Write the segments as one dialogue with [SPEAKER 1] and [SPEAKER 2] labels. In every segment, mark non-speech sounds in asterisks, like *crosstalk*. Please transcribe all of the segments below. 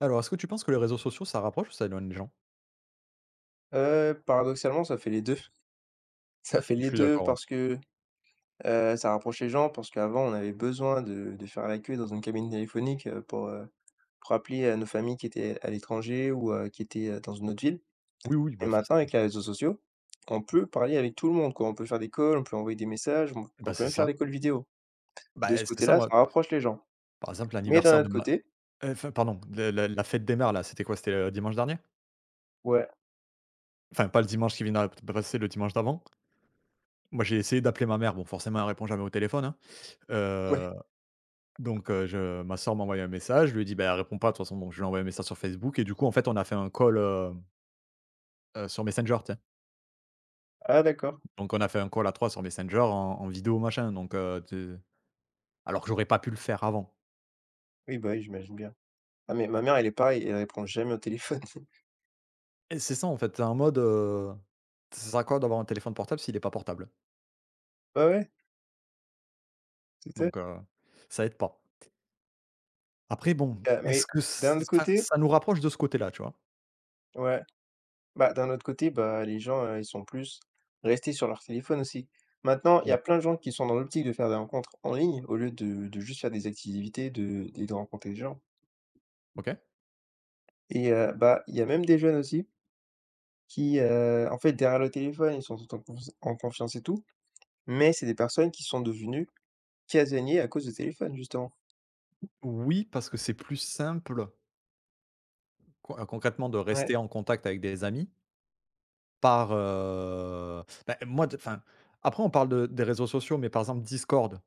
[SPEAKER 1] Alors, est-ce que tu penses que les réseaux sociaux, ça rapproche ou ça éloigne les gens?
[SPEAKER 2] Paradoxalement, ça fait les 2 *laughs* Ça fait
[SPEAKER 1] Je
[SPEAKER 2] les
[SPEAKER 1] suis
[SPEAKER 2] 2
[SPEAKER 1] d'accord, ouais.
[SPEAKER 2] parce que, ça rapproche les gens, parce qu'avant on avait besoin de faire la queue dans une cabine téléphonique, pour appeler, nos familles qui étaient à l'étranger ou, qui étaient, dans une autre ville
[SPEAKER 1] Oui, oui,
[SPEAKER 2] et
[SPEAKER 1] bah,
[SPEAKER 2] maintenant
[SPEAKER 1] forcément.
[SPEAKER 2] avec les réseaux sociaux, on peut parler avec tout le monde, quoi. On peut faire des calls, on peut envoyer des messages, on
[SPEAKER 1] Bah,
[SPEAKER 2] peut
[SPEAKER 1] c'est
[SPEAKER 2] même faire
[SPEAKER 1] ça.
[SPEAKER 2] des calls vidéo.
[SPEAKER 1] Bah,
[SPEAKER 2] De ce
[SPEAKER 1] c'est ça,
[SPEAKER 2] côté-là, ça
[SPEAKER 1] moi,
[SPEAKER 2] rapproche les gens.
[SPEAKER 1] par exemple,
[SPEAKER 2] Mais d'un
[SPEAKER 1] l'anniversaire de
[SPEAKER 2] autre
[SPEAKER 1] ma
[SPEAKER 2] côté,
[SPEAKER 1] enfin, pardon, le la la fête des mères, là, c'était quoi? C'était le dimanche dernier?
[SPEAKER 2] ouais,
[SPEAKER 1] Enfin, pas le dimanche qui vient d'a de passer, le dimanche d'avant. Moi, j'ai essayé d'appeler ma mère, bon, forcément, elle répond jamais au téléphone, hein,
[SPEAKER 2] *laughs* ouais.
[SPEAKER 1] heu, donc je ma sœur m'a envoyé un message, je lui ai dit: «Bah, elle répond pas, de toute façon», donc je lui ai envoyé un message sur Facebook et du coup, en fait, on a fait un call, sur Messenger, tu sais?
[SPEAKER 2] Ah d'accord.
[SPEAKER 1] Donc on a fait un call à 3 sur Messenger en vidéo, machin, donc tu alors que j'aurais pas pu le faire avant.
[SPEAKER 2] Oui, bah, oui, j'imagine bien. Ah mais ma mère elle est pareille, elle répond jamais au téléphone. *laughs*
[SPEAKER 1] Et c'est ça en fait, ça sert à quoi d'avoir un téléphone portable s'il est pas portable?
[SPEAKER 2] Ouais, ouais, tout à fait.
[SPEAKER 1] Donc ça aide pas. Après bon, est-ce
[SPEAKER 2] Mais
[SPEAKER 1] que
[SPEAKER 2] d'un
[SPEAKER 1] ç
[SPEAKER 2] autre
[SPEAKER 1] ça
[SPEAKER 2] côté,
[SPEAKER 1] ça nous rapproche de ce côté-là, tu vois?
[SPEAKER 2] ouais, bah, d'un autre côté, bah, les gens, ils sont plus restés sur leur téléphone aussi. Maintenant, il y
[SPEAKER 1] Ouais.
[SPEAKER 2] a plein de gens qui sont dans l'optique de faire des rencontres en ligne au lieu de juste faire des activités, de et de rencontrer des gens
[SPEAKER 1] OK.
[SPEAKER 2] et bah, il y a même des jeunes aussi qui, en fait, derrière le téléphone, ils sont tout en confiance et tout, mais c'est des personnes qui sont devenues casaniers à cause du téléphone, justement.
[SPEAKER 1] Oui, parce que c'est plus simple concrètement de
[SPEAKER 2] Ouais,
[SPEAKER 1] rester en contact avec des amis bah, après on parle de des réseaux sociaux, mais par exemple Discord,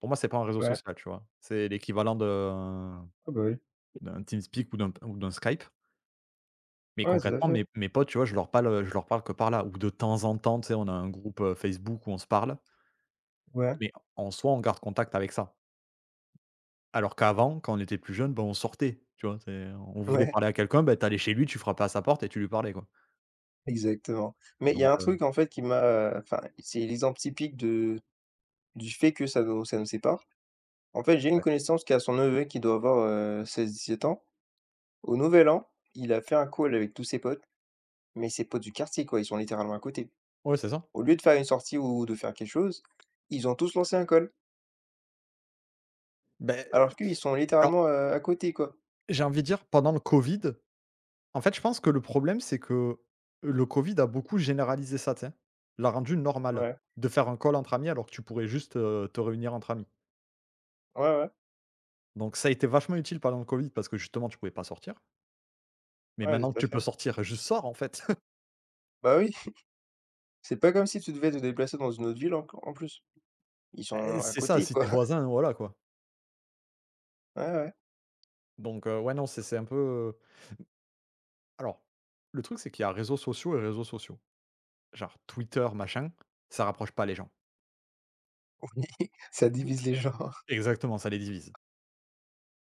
[SPEAKER 1] pour moi c'est pas un réseau
[SPEAKER 2] ouais.
[SPEAKER 1] social, tu vois? C'est l'équivalent d'un
[SPEAKER 2] Ah bah, oui.
[SPEAKER 1] d'un TeamSpeak ou d'un Skype. Mais
[SPEAKER 2] Ouais, tout à
[SPEAKER 1] concrètement,
[SPEAKER 2] fait.
[SPEAKER 1] mes potes, tu vois, je leur parle que par là ou de temps en temps, tu sais, on a un groupe, Facebook où on se parle,
[SPEAKER 2] Ouais,
[SPEAKER 1] mais en soi, on garde contact avec ça. Alors qu'avant, quand on était plus jeune, ben, on sortait, tu vois? C'est On voulait
[SPEAKER 2] ouais,
[SPEAKER 1] parler à quelqu'un, ben, t'allais chez lui, tu frappais à sa porte et tu lui parlais, quoi.
[SPEAKER 2] *laughs* exactement. Mais il y a
[SPEAKER 1] Donc
[SPEAKER 2] un truc, en fait, qui m'a, enfin, c'est l'exemple typique de du fait que ça nous sépare. En fait, j'ai une
[SPEAKER 1] ouais.
[SPEAKER 2] connaissance qui a son neveu qui doit avoir, 16, 17 ans. Au nouvel an, il a fait un call avec tous ses potes, mais ses potes du quartier quoi, ils sont littéralement à côté.
[SPEAKER 1] Ouais, c'est ça.
[SPEAKER 2] Au lieu de faire une sortie ou de faire quelque chose, ils ont tous lancé un call,
[SPEAKER 1] Ben
[SPEAKER 2] alors qu'ils sont
[SPEAKER 1] alors,
[SPEAKER 2] littéralement, à côté quoi.
[SPEAKER 1] j'ai envie de dire, pendant le Covid, en fait, je pense que le problème, c'est que le Covid a beaucoup généralisé ça, tu sais? L'a rendu normal
[SPEAKER 2] Ouais,
[SPEAKER 1] de faire un call entre amis alors que tu pourrais juste, te réunir entre amis.
[SPEAKER 2] ouais, ouais,
[SPEAKER 1] Donc ça a été vachement utile pendant le Covid parce que justement tu pouvais pas sortir. Mais
[SPEAKER 2] ouais,
[SPEAKER 1] maintenant
[SPEAKER 2] tout
[SPEAKER 1] que
[SPEAKER 2] à
[SPEAKER 1] tu peux
[SPEAKER 2] fait.
[SPEAKER 1] sortir, juste sors en fait. *laughs*
[SPEAKER 2] Bah oui, *laughs* c'est pas comme si tu devais te déplacer dans une autre ville en plus. Ils sont à
[SPEAKER 1] C'est ça,
[SPEAKER 2] côté
[SPEAKER 1] si tes
[SPEAKER 2] quoi. *laughs*
[SPEAKER 1] voisins, voilà quoi.
[SPEAKER 2] Ouais, ouais,
[SPEAKER 1] Ouais, non, c'est un peu, alors, le truc c'est qu'il y a réseaux sociaux et réseaux sociaux. Genre Twitter, machin, ça rapproche pas les gens.
[SPEAKER 2] oui, *laughs* ça divise
[SPEAKER 1] C
[SPEAKER 2] les gens.
[SPEAKER 1] Exactement, ça les divise.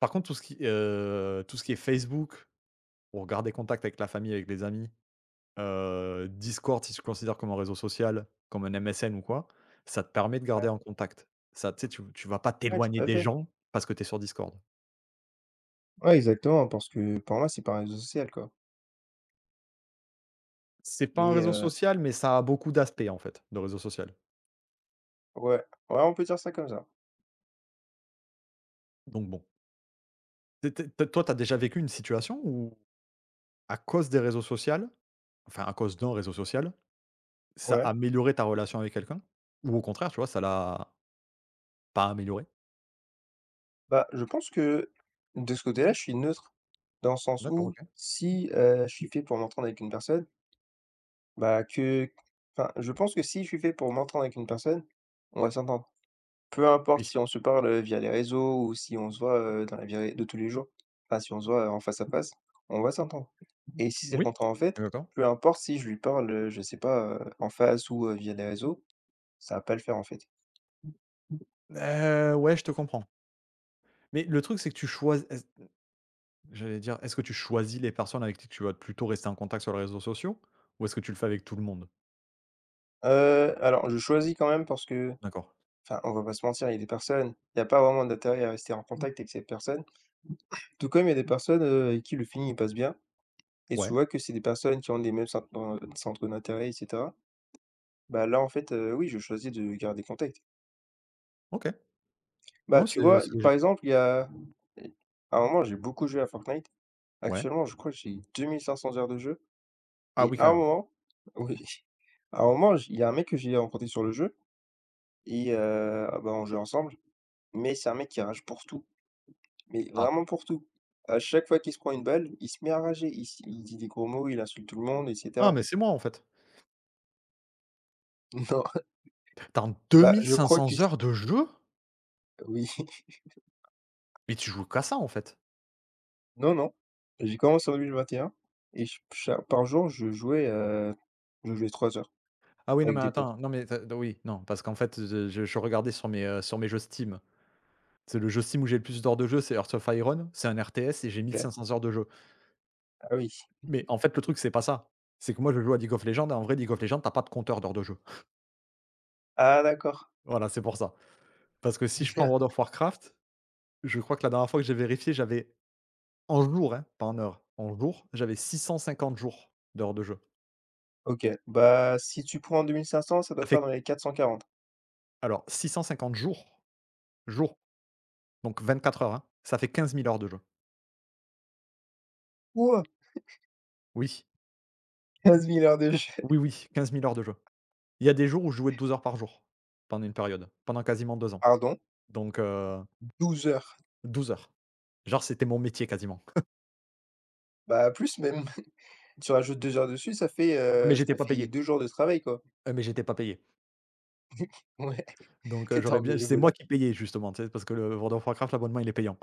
[SPEAKER 1] Par contre, tout ce qui est Facebook, pour garder contact avec la famille, avec les amis. Discord, si tu le considères comme un réseau social, comme un MSN ou quoi, ça te permet de garder
[SPEAKER 2] Ouais,
[SPEAKER 1] en contact. Ça, tu sais, tu vas pas
[SPEAKER 2] ouais,
[SPEAKER 1] t'éloigner
[SPEAKER 2] tout à
[SPEAKER 1] des
[SPEAKER 2] fait.
[SPEAKER 1] gens parce que tu es sur Discord.
[SPEAKER 2] Ouais, exactement, parce que pour moi, c'est pas un réseau social quoi,
[SPEAKER 1] C'est pas un
[SPEAKER 2] mais
[SPEAKER 1] réseau social, mais ça a beaucoup d'aspects, en fait, de réseau social.
[SPEAKER 2] ouais, ouais, on peut dire ça comme ça.
[SPEAKER 1] Donc bon. Tu es tu Toi, tu as déjà vécu une situation où, à cause des réseaux sociaux, enfin, à cause d'un réseau social, ça
[SPEAKER 2] Ouais.
[SPEAKER 1] a amélioré ta relation avec quelqu'un? Ou au contraire, tu vois, ça l'a pas amélioré.
[SPEAKER 2] Bah, je pense que de ce côté-là, je suis neutre, dans le sens
[SPEAKER 1] D'accord,
[SPEAKER 2] où
[SPEAKER 1] OK.
[SPEAKER 2] si, je suis fait pour m'entendre avec une personne, bah, que enfin, je pense que si je suis fait pour m'entendre avec une personne, on va s'entendre. Peu importe
[SPEAKER 1] Oui.
[SPEAKER 2] si on se parle, via les réseaux ou si on se voit, dans la vie ré de tous les jours. Enfin, si on se voit en face à face, on va s'entendre et si c'est le
[SPEAKER 1] Oui?
[SPEAKER 2] contraire en fait,
[SPEAKER 1] D'accord.
[SPEAKER 2] peu importe si je lui parle, je sais pas, en face ou, via les réseaux, ça va pas le faire en fait.
[SPEAKER 1] Ouais, je te comprends. Mais le truc, c'est que tu choisis. J'allais dire, est-ce que tu choisis les personnes avec qui tu vas plutôt rester en contact sur les réseaux sociaux? Ou est-ce que tu le fais avec tout le monde?
[SPEAKER 2] Heu, alors je choisis quand même parce que,
[SPEAKER 1] D'accord.
[SPEAKER 2] enfin, on va pas se mentir, il y a des personnes, il n'y a pas vraiment d'intérêt à rester en contact avec ces personnes. Tout comme il y a des personnes, avec qui le feeling il passe bien et tu
[SPEAKER 1] Ouais,
[SPEAKER 2] vois que c'est des personnes qui ont des mêmes centres d'intérêt et cetera. Bah, là, en fait, oui, je choisis de garder contact.
[SPEAKER 1] OK.
[SPEAKER 2] Bah,
[SPEAKER 1] Non,
[SPEAKER 2] tu
[SPEAKER 1] c'est
[SPEAKER 2] vois,
[SPEAKER 1] c'est
[SPEAKER 2] i par
[SPEAKER 1] logique.
[SPEAKER 2] exemple, il y a à un moment, j'ai beaucoup joué à Fortnite.
[SPEAKER 1] Ouais.
[SPEAKER 2] Actuellement, je crois que j'ai 2 500 heures de jeu
[SPEAKER 1] Ah
[SPEAKER 2] et
[SPEAKER 1] oui, quand
[SPEAKER 2] à un
[SPEAKER 1] même.
[SPEAKER 2] moment, *laughs* oui, à un moment, j il y a un mec que j'ai rencontré sur le jeu et bah, on jouait ensemble, mais c'est un mec qui rage pour tout. Mais
[SPEAKER 1] Ah.
[SPEAKER 2] vraiment pour tout. À chaque fois qu'il se prend une balle, il se met à rager, il dit des gros mots, il insulte tout le monde et
[SPEAKER 1] Ah,
[SPEAKER 2] cetera.
[SPEAKER 1] mais c'est moi, en fait.
[SPEAKER 2] *laughs* Non,
[SPEAKER 1] T'as deux
[SPEAKER 2] bah,
[SPEAKER 1] mille
[SPEAKER 2] je
[SPEAKER 1] cinq
[SPEAKER 2] crois
[SPEAKER 1] cents
[SPEAKER 2] que c
[SPEAKER 1] heures de jeu?
[SPEAKER 2] oui. *laughs*
[SPEAKER 1] Mais tu joues qu'à ça, en fait.
[SPEAKER 2] Non, non, j'ai commencé en 2020 et ch cha par jour, je jouais 3 heures
[SPEAKER 1] Ah oui, non,
[SPEAKER 2] avec
[SPEAKER 1] mais
[SPEAKER 2] des potes.
[SPEAKER 1] attends, non, mais tu oui, non, parce qu'en fait, je regardais sur sur mes jeux Steam. C'est le jeu Steam où j'ai le plus d'heures de jeu, c'est Hearts of Iron, c'est un RTS et j'ai mille
[SPEAKER 2] OK.
[SPEAKER 1] cinq cents heures de jeu.
[SPEAKER 2] Ah oui.
[SPEAKER 1] Mais en fait, le truc, c'est pas ça. C'est que moi, je joue à League of Legends et en vrai, League of Legends, tu pas de compteur d'heures de jeu. *laughs*
[SPEAKER 2] Ah d'accord.
[SPEAKER 1] Voilà, c'est pour ça. Parce que si je prends World
[SPEAKER 2] *laughs*
[SPEAKER 1] of Warcraft, je crois que la dernière fois que j'ai vérifié, j'avais en jour, hein, pas en heure, en jour, j'avais 650 jours d'heures de jeu.
[SPEAKER 2] OK. Bah, si tu prends 2 500 ça doit
[SPEAKER 1] Ça
[SPEAKER 2] faire
[SPEAKER 1] fait
[SPEAKER 2] dans les 440.
[SPEAKER 1] alors 650 jours, donc 24 heures, hein, ça fait 15 000 heures de jeu.
[SPEAKER 2] Wouah!
[SPEAKER 1] Oui,
[SPEAKER 2] 15 000 heures de jeu.
[SPEAKER 1] oui, oui, 15 000 heures de jeu. Il y a des jours où je jouais 12 heures par jour pendant une période, pendant quasiment 2
[SPEAKER 2] *laughs*
[SPEAKER 1] ans.
[SPEAKER 2] Pardon?
[SPEAKER 1] Donc heu,
[SPEAKER 2] 12 heures.
[SPEAKER 1] 12 heures. Genre, c'était mon métier quasiment.
[SPEAKER 2] Bah, plus même. *laughs* Tu rajoutes 2 heures dessus,
[SPEAKER 1] Mais
[SPEAKER 2] ça
[SPEAKER 1] j'étais pas
[SPEAKER 2] fait
[SPEAKER 1] payé,
[SPEAKER 2] 2 jours de travail, quoi.
[SPEAKER 1] mais j'étais pas payé.
[SPEAKER 2] Ouais.
[SPEAKER 1] Donc,
[SPEAKER 2] t'es étais
[SPEAKER 1] j'aurais
[SPEAKER 2] en
[SPEAKER 1] bien c'est
[SPEAKER 2] bénévolat?
[SPEAKER 1] moi qui payais justement, tu sais? Parce que le World of Warcraft, l'abonnement, il est payant.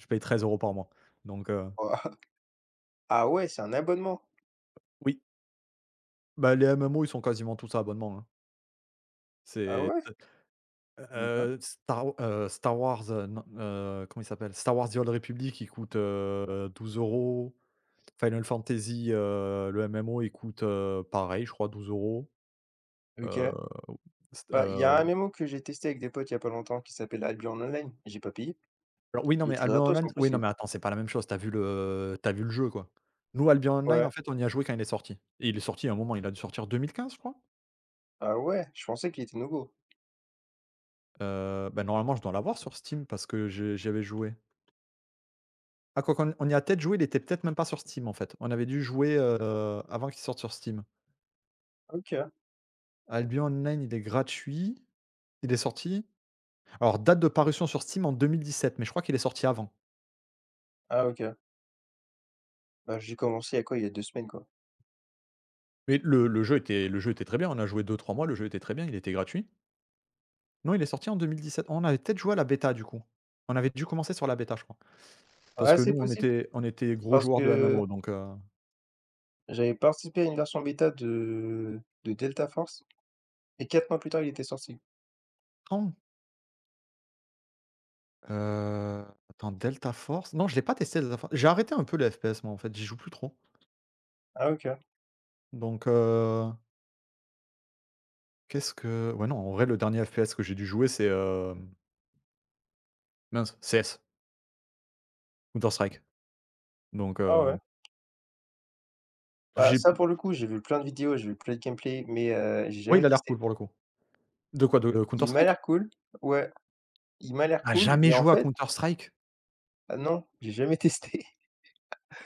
[SPEAKER 1] Je paye 13 € par mois. Donc,
[SPEAKER 2] Waouh! Ah ouais, c'est un abonnement?
[SPEAKER 1] oui, bah, les MMO, ils sont quasiment tous à abonnement, hein.
[SPEAKER 2] Ah
[SPEAKER 1] C'est
[SPEAKER 2] ouais?
[SPEAKER 1] t
[SPEAKER 2] Mmh mh.
[SPEAKER 1] Star Wars, non, comment il s'appelle? Star Wars: The Old Republic, il coûte, 12 €. Final Fantasy, le MMO, il coûte, pareil, je crois 12 euros. Heu,
[SPEAKER 2] OK.
[SPEAKER 1] st
[SPEAKER 2] Bah, il y a un MMO que j'ai testé avec des potes il y a pas longtemps qui s'appelle Albion Online. J'ai pas payé.
[SPEAKER 1] Alors oui, non,
[SPEAKER 2] Il
[SPEAKER 1] mais
[SPEAKER 2] était
[SPEAKER 1] Albion
[SPEAKER 2] gratos
[SPEAKER 1] Online,
[SPEAKER 2] en plus,
[SPEAKER 1] oui, non,
[SPEAKER 2] il
[SPEAKER 1] mais attends, c'est pas la même chose. T'as vu le jeu, quoi. Nous, Albion Online,
[SPEAKER 2] ouais.
[SPEAKER 1] en fait, on y a joué quand il est sorti et il est sorti à un moment, il a dû sortir 2015, je crois?
[SPEAKER 2] Ah ouais? Je pensais qu'il était nouveau.
[SPEAKER 1] Bah, normalement, je dois l'avoir sur Steam parce que je j'y avais joué. Ah, quoi qu'on on y a peut-être joué, il était peut-être même pas sur Steam, en fait. On avait dû jouer, avant qu'il sorte sur Steam.
[SPEAKER 2] OK.
[SPEAKER 1] Albion Online, il est gratuit. Il est sorti, alors date de parution sur Steam en 2017, mais je crois qu'il est sorti avant.
[SPEAKER 2] Ah OK. Bah, j'ai commencé à quoi? Il y a 2 semaines, quoi.
[SPEAKER 1] Mais le jeu était très bien. On a joué deux trois mois, le jeu était très bien, il était gratuit. Non, il est sorti en 2017. On avait peut-être joué à la bêta du coup. On avait dû commencer sur la bêta, je crois. Parce
[SPEAKER 2] Ouais,
[SPEAKER 1] que
[SPEAKER 2] c'est
[SPEAKER 1] nous, on
[SPEAKER 2] possible
[SPEAKER 1] était on était gros
[SPEAKER 2] parce
[SPEAKER 1] joueurs de
[SPEAKER 2] que
[SPEAKER 1] MMO donc
[SPEAKER 2] j'avais participé à une version bêta de Delta Force et 4 mois plus tard, il était sorti.
[SPEAKER 1] non, attends, Delta Force? Non, je l'ai pas testé Delta Force. J'ai arrêté un peu les FPS moi, en fait, j'y joue plus trop.
[SPEAKER 2] Ah OK.
[SPEAKER 1] Donc heu, qu'est-ce que Ouais, non, en vrai, le dernier FPS que j'ai dû jouer, c'est, mince, CS, Counter Strike. Donc
[SPEAKER 2] Ah ouais. Bah,
[SPEAKER 1] j'ai
[SPEAKER 2] ça pour le coup, j'ai vu plein de vidéos, j'ai vu plein de gameplay mais j'ai
[SPEAKER 1] Ouais,
[SPEAKER 2] jamais
[SPEAKER 1] il a l'air cool
[SPEAKER 2] testé.
[SPEAKER 1] pour le coup. De quoi? De Counter
[SPEAKER 2] Il m'a
[SPEAKER 1] Strike?
[SPEAKER 2] l'air cool. Ouais. Il m'a l'air
[SPEAKER 1] Ah,
[SPEAKER 2] cool,
[SPEAKER 1] jamais
[SPEAKER 2] mais en
[SPEAKER 1] joué à
[SPEAKER 2] fait,
[SPEAKER 1] Counter Strike?
[SPEAKER 2] ah non, j'ai jamais testé.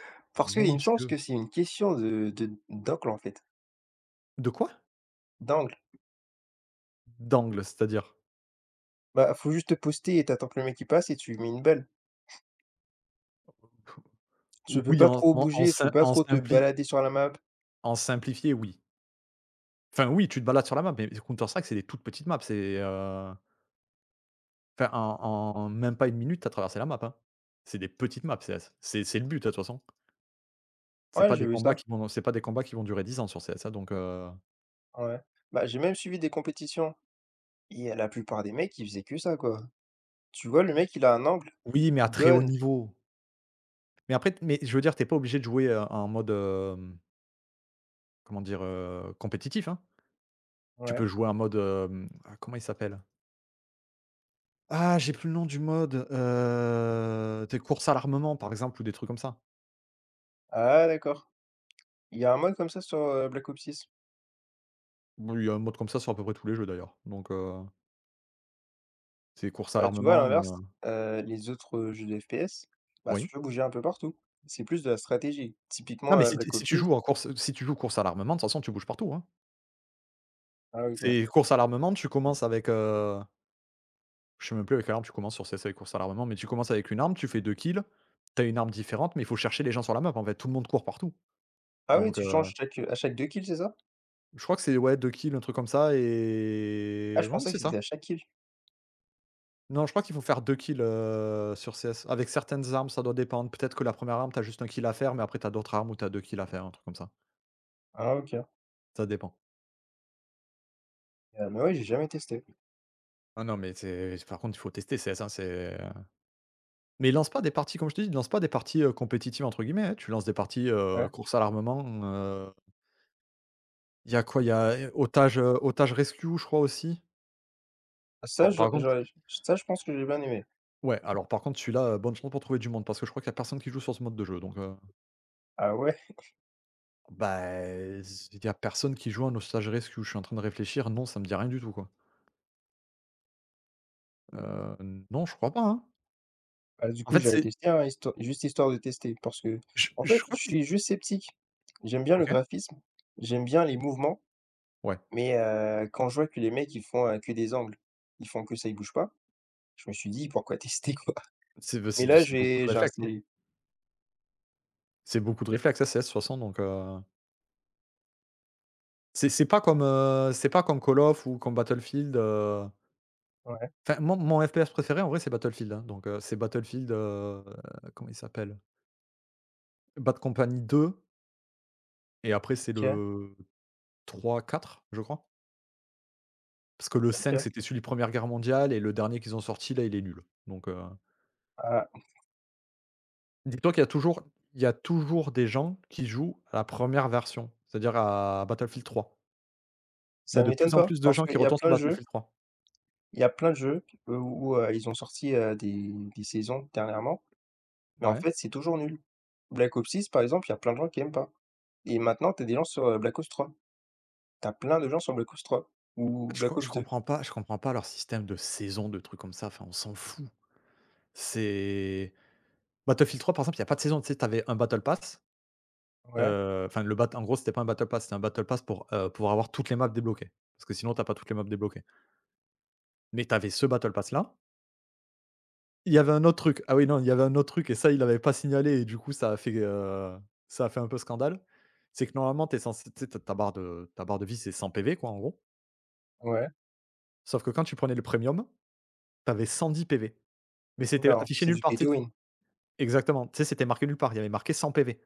[SPEAKER 2] *laughs* Parce qu'il
[SPEAKER 1] Mon
[SPEAKER 2] me semble
[SPEAKER 1] Dieu.
[SPEAKER 2] que c'est une question de d'angle, en fait,
[SPEAKER 1] De quoi?
[SPEAKER 2] d'angle.
[SPEAKER 1] D'angle, c'est-à-dire?
[SPEAKER 2] Bah, faut juste te poster et tu attends que le mec qui passe et tu lui mets une balle. Tu peux
[SPEAKER 1] Oui,
[SPEAKER 2] pas
[SPEAKER 1] en
[SPEAKER 2] trop
[SPEAKER 1] en en
[SPEAKER 2] bouger, tu peux pas trop te balader sur la map.
[SPEAKER 1] simplifié, oui. Enfin, oui, tu te balades sur la map, mais Counter Strike, c'est des toutes petites maps, c'est, enfin, en même pas une minute, tu as traversé la map, hein. C'est des petites maps CS. C'est le but, hein, de toute façon. C'est
[SPEAKER 2] Ouais,
[SPEAKER 1] pas
[SPEAKER 2] j'ai
[SPEAKER 1] des
[SPEAKER 2] vu
[SPEAKER 1] combats
[SPEAKER 2] ça,
[SPEAKER 1] qui vont, c'est pas des combats qui vont durer 10 ans sur CS, hein, donc
[SPEAKER 2] ouais. Bah, j'ai même suivi des compétitions et la plupart des mecs, ils faisaient que ça, quoi. Tu vois, le mec, il a un angle,
[SPEAKER 1] oui, mais à
[SPEAKER 2] il
[SPEAKER 1] très haut
[SPEAKER 2] donne.
[SPEAKER 1] niveau. Mais après, mais je veux dire, t'es pas obligé de jouer, en mode, comment dire? Compétitif, hein. Tu
[SPEAKER 2] Ouais.
[SPEAKER 1] peux jouer en mode, ah, comment il s'appelle? Ah, j'ai plus le nom du mode, des courses à l'armement, par exemple, ou des trucs comme ça.
[SPEAKER 2] Ah d'accord. Il y a un mode comme ça sur, Black Ops six.
[SPEAKER 1] Bon, il y a un mode comme ça sur à peu près tous les jeux d'ailleurs, donc c'est course à
[SPEAKER 2] Bah, tu vois, à
[SPEAKER 1] l'armement,
[SPEAKER 2] l'inverse, les autres, jeux de FPS, bah, tu
[SPEAKER 1] oui.
[SPEAKER 2] peux bouger un peu partout. C'est plus de la stratégie.
[SPEAKER 1] Non,
[SPEAKER 2] Typiquement,
[SPEAKER 1] mais si tu
[SPEAKER 2] Black
[SPEAKER 1] si
[SPEAKER 2] Ops
[SPEAKER 1] tu
[SPEAKER 2] 6,
[SPEAKER 1] joues en course si tu joues course à l'armement, de toute façon tu bouges partout, hein.
[SPEAKER 2] ah OK.
[SPEAKER 1] C'est course à l'armement, tu commences avec, je sais même plus avec quelle arme tu commences sur CS avec course à l'armement, mais tu commences avec une arme, tu fais 2 kills, t'as une arme différente, mais il faut chercher les gens sur la map en fait, tout le monde court partout.
[SPEAKER 2] Ah oui,
[SPEAKER 1] Donc
[SPEAKER 2] tu
[SPEAKER 1] heu,
[SPEAKER 2] changes chaque, à chaque 2 kills, c'est ça?
[SPEAKER 1] je crois que c'est ouais 2 kills, un truc comme ça
[SPEAKER 2] Ah,
[SPEAKER 1] et
[SPEAKER 2] je
[SPEAKER 1] ouais
[SPEAKER 2] pensais que
[SPEAKER 1] c'est
[SPEAKER 2] c'était à
[SPEAKER 1] ça.
[SPEAKER 2] chaque kill.
[SPEAKER 1] Non, je crois qu'il faut faire 2 kills, sur CS. Avec certaines armes, ça doit dépendre, peut-être que la première arme, t'as juste un kill à faire, mais après t'as d'autres armes où t'as 2 kills à faire, un truc comme ça.
[SPEAKER 2] Ah OK.
[SPEAKER 1] Ça dépend.
[SPEAKER 2] Mais ouais, j'ai jamais testé.
[SPEAKER 1] Ah non, mais c'est par contre, il faut tester CS, hein, c'est mais lance pas des parties, comme je te dis, lance pas des parties, «compétitives» entre guillemets, hein, tu lances des parties,
[SPEAKER 2] Ouais.
[SPEAKER 1] course à l'armement, il y a quoi? Il y a, otage rescue, je crois aussi.
[SPEAKER 2] Ça,
[SPEAKER 1] Alors
[SPEAKER 2] je
[SPEAKER 1] par contre
[SPEAKER 2] j'aurais ça, je pense que j'ai bien aimé.
[SPEAKER 1] Ouais, alors par contre celui-là, bonne chance pour trouver du monde parce que je crois qu'il y a personne qui joue sur ce mode de jeu donc
[SPEAKER 2] Ah ouais?
[SPEAKER 1] bah, il y a personne qui joue à un otage rescue. Je suis en train de réfléchir, non, ça me dit rien du tout, quoi. Heu, non, je crois pas, hein.
[SPEAKER 2] Bah, du
[SPEAKER 1] En
[SPEAKER 2] coup,
[SPEAKER 1] fait,
[SPEAKER 2] j'avais
[SPEAKER 1] c'est
[SPEAKER 2] testé, hein, histo juste histoire de tester parce que
[SPEAKER 1] je
[SPEAKER 2] en
[SPEAKER 1] je
[SPEAKER 2] fait,
[SPEAKER 1] crois
[SPEAKER 2] je
[SPEAKER 1] qu'ils
[SPEAKER 2] suis juste sceptique. J'aime bien le
[SPEAKER 1] OK,
[SPEAKER 2] graphisme, j'aime bien les mouvements,
[SPEAKER 1] ouais,
[SPEAKER 2] mais quand je vois que les mecs, ils font, que des angles, ils font que ça, ils bougent pas. Je me suis dit: «Pourquoi tester, quoi?»
[SPEAKER 1] c'est bah,
[SPEAKER 2] Mais
[SPEAKER 1] c'est
[SPEAKER 2] là,
[SPEAKER 1] c'est beaucoup de
[SPEAKER 2] j'ai
[SPEAKER 1] réflexes, hein.
[SPEAKER 2] installé,
[SPEAKER 1] C'est beaucoup de réflexes, hein, CS, de toute façon, c'est pas comme, c'est pas comme Call of ou comme Battlefield,
[SPEAKER 2] ouais,
[SPEAKER 1] enfin mon FPS préféré en vrai c'est Battlefield, hein, donc c'est Battlefield, comment il s'appelle? Bad Company 2 et après c'est
[SPEAKER 2] OK,
[SPEAKER 1] le trois quatre je crois? Parce que le cinq
[SPEAKER 2] OK.
[SPEAKER 1] c'était celui de Première Guerre mondiale et le dernier qu'ils ont sorti là, il est nul, donc
[SPEAKER 2] Ah,
[SPEAKER 1] dis-toi qu'il y a toujours des gens qui jouent à la première version, c'est-à-dire à Battlefield trois. Il y
[SPEAKER 2] ça
[SPEAKER 1] a de
[SPEAKER 2] m'étonne
[SPEAKER 1] plus en
[SPEAKER 2] pas
[SPEAKER 1] plus de
[SPEAKER 2] parce
[SPEAKER 1] gens
[SPEAKER 2] qu'
[SPEAKER 1] qui retournent sur Battlefield trois.
[SPEAKER 2] il y a plein de jeux où ils ont sorti, des saisons dernièrement, mais en
[SPEAKER 1] Ouais.
[SPEAKER 2] fait, c'est toujours nul. Black Ops 6, par exemple, il y a plein de gens qui aiment pas et maintenant, tu as des gens sur, Black Ops 3. Tu as plein de gens sur Black Ops 3 ou Black
[SPEAKER 1] Je
[SPEAKER 2] Ops 2.
[SPEAKER 1] comprends pas leur système de saison, de trucs comme ça, enfin, on s'en fout. C'est Battlefield 3 par exemple, il y a pas de saison, tu sais, tu avais un battle pass,
[SPEAKER 2] Ouais,
[SPEAKER 1] enfin le bat en gros, c'était pas un battle pass, c'était un battle pass pour avoir toutes les maps débloquées. Parce que sinon t'as pas toutes les maps débloquées. Mais t'avais ce battle pass là, il y avait un autre truc. Ah oui, non, il y avait un autre truc et ça, il l'avait pas signalé et du coup ça a fait un peu scandale. C'est que normalement t'es es censé tu sais, ta ta barre de vie, c'est 100 PV quoi, en gros.
[SPEAKER 2] ouais.
[SPEAKER 1] Sauf que quand tu prenais le premium, tu avais 110 PV. Mais c'était
[SPEAKER 2] Non,
[SPEAKER 1] affiché
[SPEAKER 2] c'est
[SPEAKER 1] nulle
[SPEAKER 2] du
[SPEAKER 1] part.
[SPEAKER 2] pay to win
[SPEAKER 1] Exactement. Tu sais, c'était marqué nulle part. Il y avait marqué 100 PV.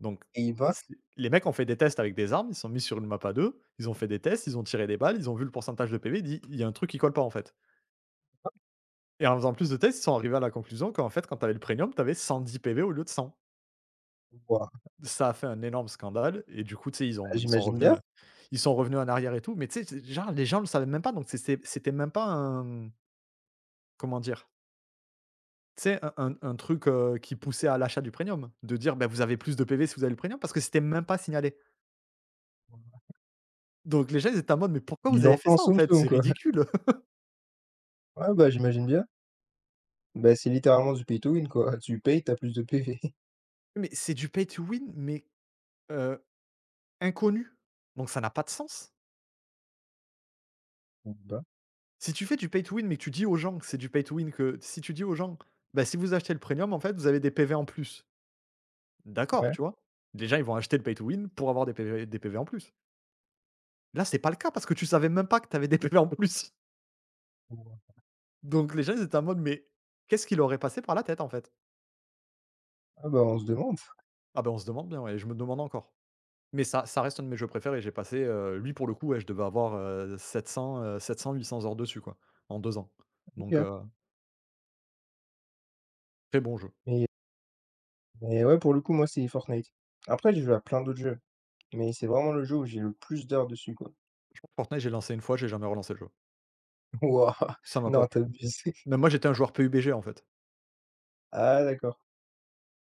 [SPEAKER 1] Donc,
[SPEAKER 2] et ben,
[SPEAKER 1] c'est les mecs ont fait des tests avec des armes, ils se sont mis sur une map à 2, ils ont fait des tests, ils ont tiré des balles, ils ont vu le pourcentage de PV, ils dit: «Il y a un truc qui colle pas, en fait». Et en faisant plus de tests, ils sont arrivés à la conclusion qu'en fait, quand t'avais le premium, tu avais 110 PV au lieu de 100.
[SPEAKER 2] wouah,
[SPEAKER 1] Ça a fait un énorme scandale et du coup, tu sais,
[SPEAKER 2] j'imagine bien.
[SPEAKER 1] ils sont revenus en arrière et tout, mais tu sais, c'est genre, les gens le savaient même pas, donc c'était même pas un comment dire? Tu sais, un truc, qui poussait à l'achat du premium. De dire: ben vous avez plus de PV si vous avez le premium», parce que c'était même pas signalé. Donc les gens, ils étaient en mode: «Mais pourquoi
[SPEAKER 2] Ils
[SPEAKER 1] vous
[SPEAKER 2] l'ont
[SPEAKER 1] avez
[SPEAKER 2] fait
[SPEAKER 1] fait
[SPEAKER 2] en
[SPEAKER 1] ça, en
[SPEAKER 2] soum
[SPEAKER 1] fait?
[SPEAKER 2] soum,
[SPEAKER 1] C'est
[SPEAKER 2] quoi.
[SPEAKER 1] ridicule!» *laughs*
[SPEAKER 2] Ouais, bah, j'imagine bien. Bah, c'est littéralement du pay to win, quoi. *laughs* Tu payes, t'as plus de PV.
[SPEAKER 1] mais c'est du pay to win, mais heu, inconnu, donc ça n'a pas de sens.
[SPEAKER 2] Mmh, *laughs* bah,
[SPEAKER 1] Si tu fais du pay to win, mais que tu dis aux gens que c'est du pay to win, que si tu dis aux gens: «Bah, si vous achetez le premium, en fait, vous avez des PV en plus». D'accord,
[SPEAKER 2] ouais.
[SPEAKER 1] tu vois? Les gens, ils vont acheter le pay to win pour avoir des PV en plus. Là, c'est pas le cas parce que tu savais même pas que tu avais des *laughs* PV en plus. *laughs*
[SPEAKER 2] Ou
[SPEAKER 1] Donc les gens, ils étaient en mode: «Mais qu'est-ce qu'il aurait passé par la tête, en fait?»
[SPEAKER 2] ah bah, on se demande.
[SPEAKER 1] Ah, ben on se demande bien, ouais, et je me demande encore. Mais ça reste un de mes jeux préférés et j'ai passé, lui pour le coup, ouais, je devais avoir, 700, 700-800 heures dessus quoi, en 2 ans. Donc,
[SPEAKER 2] OK.
[SPEAKER 1] très bon jeu.
[SPEAKER 2] Mais mais ouais, pour le coup, moi, c'est Fortnite. Après, j'ai joué à plein d'autres jeux, mais c'est vraiment le jeu où j'ai le plus d'heures dessus, quoi.
[SPEAKER 1] Fortnite, j'ai lancé une fois, j'ai jamais relancé le jeu.
[SPEAKER 2] *laughs* Waouh.
[SPEAKER 1] Ça m'a pas
[SPEAKER 2] Non, tu
[SPEAKER 1] plu.
[SPEAKER 2] abuses. *laughs*
[SPEAKER 1] Même moi, j'étais un joueur PUBG en fait.
[SPEAKER 2] Ah d'accord.